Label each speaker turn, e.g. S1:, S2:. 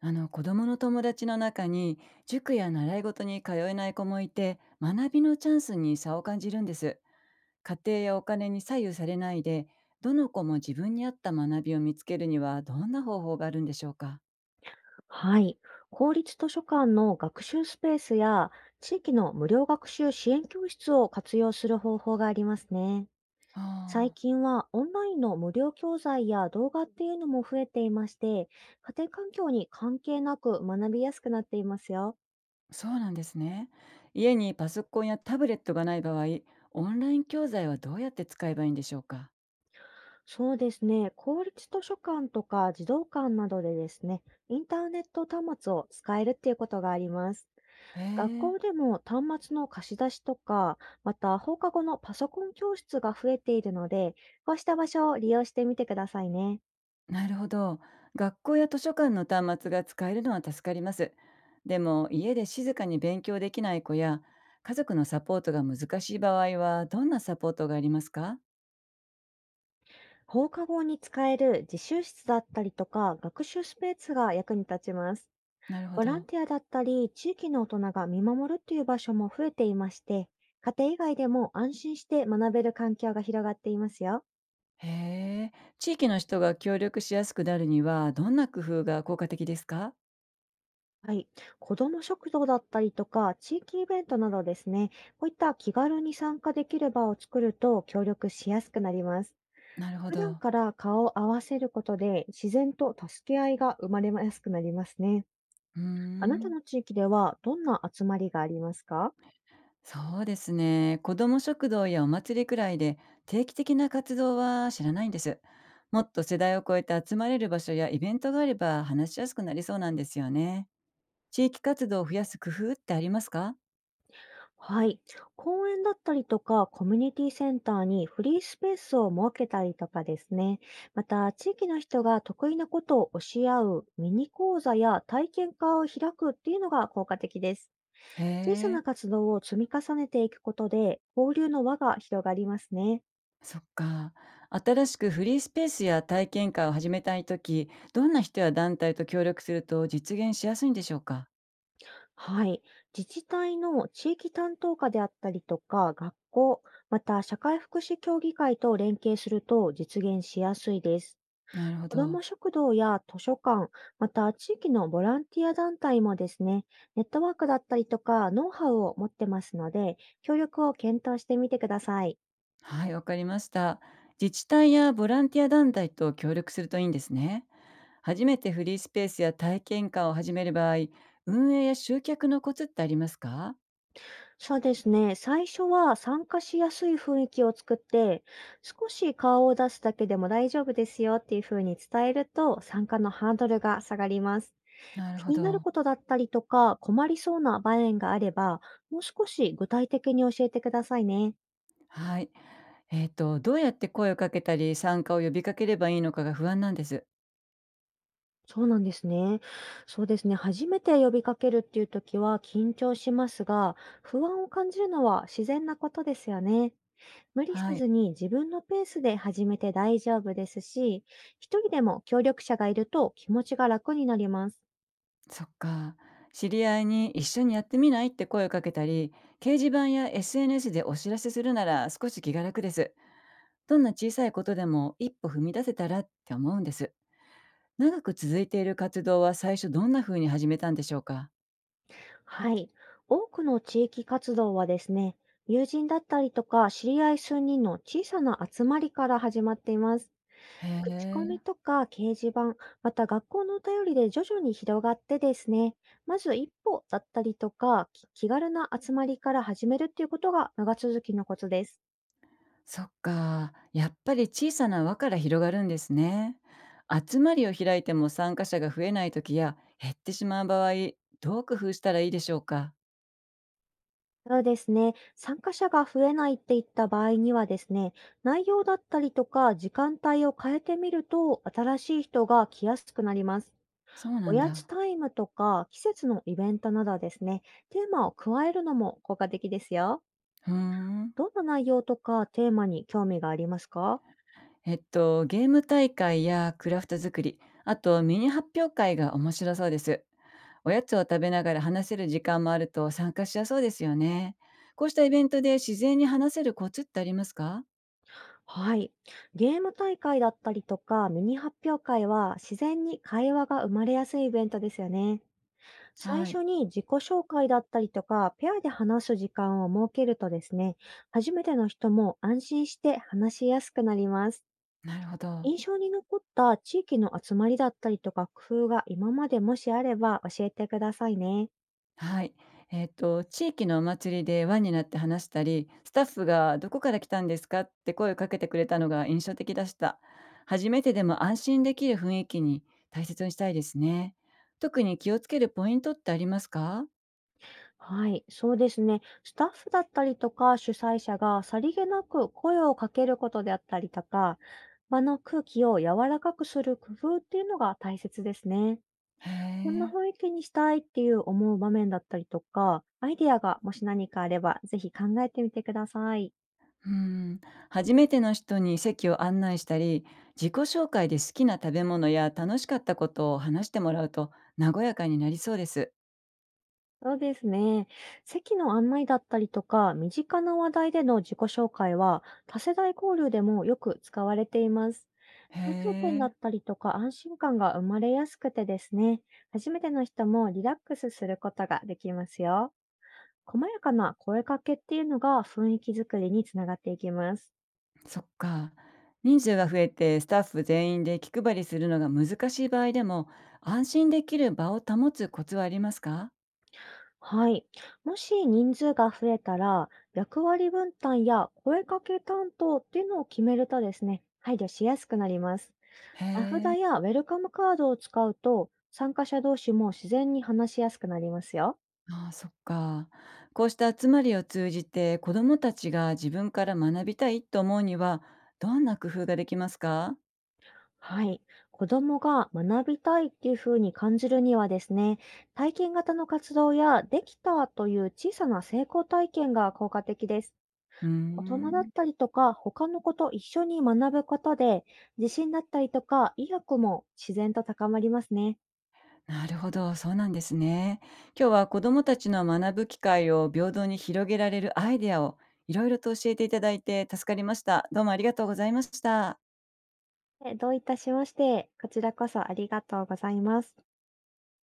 S1: あの子供の友達の中に、塾や習い事に通えない子もいて、学びのチャンスに差を感じるんです。家庭やお金に左右されないで、どの子も自分に合った学びを見つけるには、どんな方法があるんでしょうか？
S2: はい。公立図書館の学習スペースや地域の無料学習支援教室を活用する方法がありますね。
S1: あ
S2: 最
S1: あ、
S2: 近はオンラインの無料教材や動画っていうのも増えていまして、家庭環境に関係なく学びやすくなっていますよ。
S1: そうなんですね。家にパソコンやタブレットがない場合、オンライン教材はどうやって使えばいいんでしょうか？
S2: そうですね。公立図書館とか児童館などでですね、インターネット端末を使えるっていうことがあります。
S1: へ
S2: 学
S1: え。
S2: 校でも端末の貸し出しとか、また放課後のパソコン教室が増えているので、こうした場所を利用してみてくださいね。
S1: なるほど。学校や図書館の端末が使えるのは助かります。でも、家で静かに勉強できない子や、家族のサポートが難しい場合は、どんなサポートがありますか？
S2: 放課後に使える自習室だったりとか、学習スペースが役に立ちます。
S1: なるほ
S2: ボラン
S1: ど。
S2: ティアだったり、地域の大人が見守るっていう場所も増えていまして、家庭以外でも安心して学べる環境が広がっていますよ。
S1: へえ。地域の人が協力しやすくなるには、どんな工夫が効果的ですか？
S2: はい。子ども食堂だったりとか、地域イベントなどですね、こういった気軽に参加できる場を作ると協力しやすくなります。
S1: なるほ
S2: 普段
S1: ど。
S2: から顔を合わせることで、自然と助け合いが生まれやすくなりますね。
S1: うー
S2: あなた
S1: ん。
S2: の地域ではどんな集まりがありますか？
S1: そうですね。子ども食堂やお祭りくらいで、定期的な活動は知らないんです。もっと世代を超えて集まれる場所やイベントがあれば話しやすくなりそうなんですよね。地域活動を増やす工夫ってありますか？
S2: はい。公園だったりとか、コミュニティセンターにフリースペースを設けたりとかですね。また、地域の人が得意なことを教え合うミニ講座や体験会を開くっていうのが効果的です。
S1: へ
S2: 小さ
S1: え、
S2: な活動を積み重ねていくことで、交流の輪が広がりますね。
S1: そっか。新しくフリースペースや体験会を始めたいとき、どんな人や団体と協力すると実現しやすいんでしょうか？
S2: はい。自治体の地域担当課であったりとか、学校、また社会福祉協議会と連携すると実現しやすいです。
S1: なるほ
S2: 子ど
S1: ど。
S2: も食堂や図書館、また地域のボランティア団体もですね、ネットワークだったりとかノウハウを持ってますので、協力を検討してみてください。
S1: はい、わかりました。自治体やボランティア団体と協力するといいんですね。初めてフリースペースや体験館を始める場合、運営や集客のコツってありますか？
S2: そうですね、最初は参加しやすい雰囲気を作って、少し顔を出すだけでも大丈夫ですよっていうふうに伝えると、参加のハードルが下がります。
S1: なる
S2: 気
S1: ほ
S2: になる
S1: ど。
S2: ことだったりとか、困りそうな場面があれば、もう少し具体的に教えてくださいね。
S1: はい。どうやって声をかけたり、参加を呼びかければいいのかが不安なんです。
S2: そうなんですね。そうですね。初めて呼びかけるっていう時は緊張しますが、不安を感じるのは自然なことですよね。無理せ
S1: はい。
S2: ずに自分のペースで始めて大丈夫ですし、一人でも協力者がいると気持ちが楽になります。
S1: そっか。知り合いに一緒にやってみないって声をかけたり、掲示板や SNS でお知らせするなら少し気が楽です。どんな小さいことでも一歩踏み出せたらって思うんです。長く続いている活動は最初どんな風に始めたんでしょうか？
S2: はい。多くの地域活動はですね、友人だったりとか知り合い数人の小さな集まりから始まっています。
S1: へ
S2: 口コ
S1: え、
S2: ミとか掲示板、また学校のお便りで徐々に広がってですね、まず一歩だったりとか、気軽な集まりから始めるっていうことが長続きのコツです。
S1: そっか。やっぱり小さな輪から広がるんですね。集まりを開いても参加者が増えない時や減ってしまう場合、どう工夫したらいいでしょうか？
S2: そうですね、参加者が増えないっていった場合にはですね、内容だったりとか時間帯を変えてみると、新しい人が来やすくなります。
S1: そう
S2: お
S1: なん
S2: やつ
S1: だ。
S2: タイムとか季節のイベントなどですね、テーマを加えるのも効果的ですよ。
S1: ふーん。
S2: どんな内容とかテーマに興味がありますか？
S1: えっと、ゲーム大会やクラフト作り、あとミニ発表会が面白そうです。おやつを食べながら話せる時間もあると参加しやそうですよね。こうしたイベントで自然に話せるコツってありますか？
S2: はい。ゲーム大会だったりとか、ミニ発表会は自然に会話が生まれやすいイベントですよね。最
S1: はい、
S2: 初に自己紹介だったりとか、ペアで話す時間を設けるとですね、初めての人も安心して話しやすくなります。
S1: なるほど。
S2: 印象に残った地域の集まりだったりとか工夫が今までもしあれば教えてくださいね。
S1: はい。えっと、地域のお祭りで輪になって話したり、スタッフがどこから来たんですかって声をかけてくれたのが印象的でした。初めてでも安心できる雰囲気に大切にしたいですね。特に気をつけるポイントってありますか？
S2: はい、そうですね。スタッフだったりとか主催者がさりげなく声をかけることであったりとか、場の空気を柔らかくする工夫っていうのが大切ですね。
S1: へ
S2: こんな
S1: え。
S2: 雰囲気にしたいっていう思う場面だったりとか、アイデアがもし何かあれば、ぜひ考えてみてください。
S1: うん。初めての人に席を案内したり、自己紹介で好きな食べ物や楽しかったことを話してもらうと和やかになりそうです。
S2: そうですね。席の案内だったりとか、身近な話題での自己紹介は、多世代交流でもよく使われています。
S1: へ
S2: 共通点だ
S1: え。
S2: ったりとか安心感が生まれやすくてですね、初めての人もリラックスすることができますよ。細やかな声かけっていうのが雰囲気づくりにつながっていきます。
S1: そっか。人数が増えてスタッフ全員で気配りするのが難しい場合でも、安心できる場を保つコツはありますか？
S2: はい。もし人数が増えたら、役割分担や声かけ担当っていうのを決めるとですね、配慮しやすくなります。
S1: へ
S2: 名
S1: え。
S2: 札やウェルカムカードを使うと、参加者同士も自然に話しやすくなりますよ。
S1: ああ、そっか。こうした集まりを通じて子どもたちが自分から学びたいと思うには、どんな工夫ができますか？
S2: はい。子供が学びたいっていうふうに感じるにはですね、体験型の活動やできたという小さな成功体験が効果的です。
S1: うー
S2: 大人だっ
S1: ん。
S2: たりとか、他の子と一緒に学ぶことで、自信だったりとか、意欲も自然と高まりますね。
S1: なるほど、そうなんですね。今日は子どもたちの学ぶ機会を平等に広げられるアイデアをいろいろと教えていただいて助かりました。どうもありがとうございました。
S2: どういたしまして、こちらこそありがとうございます。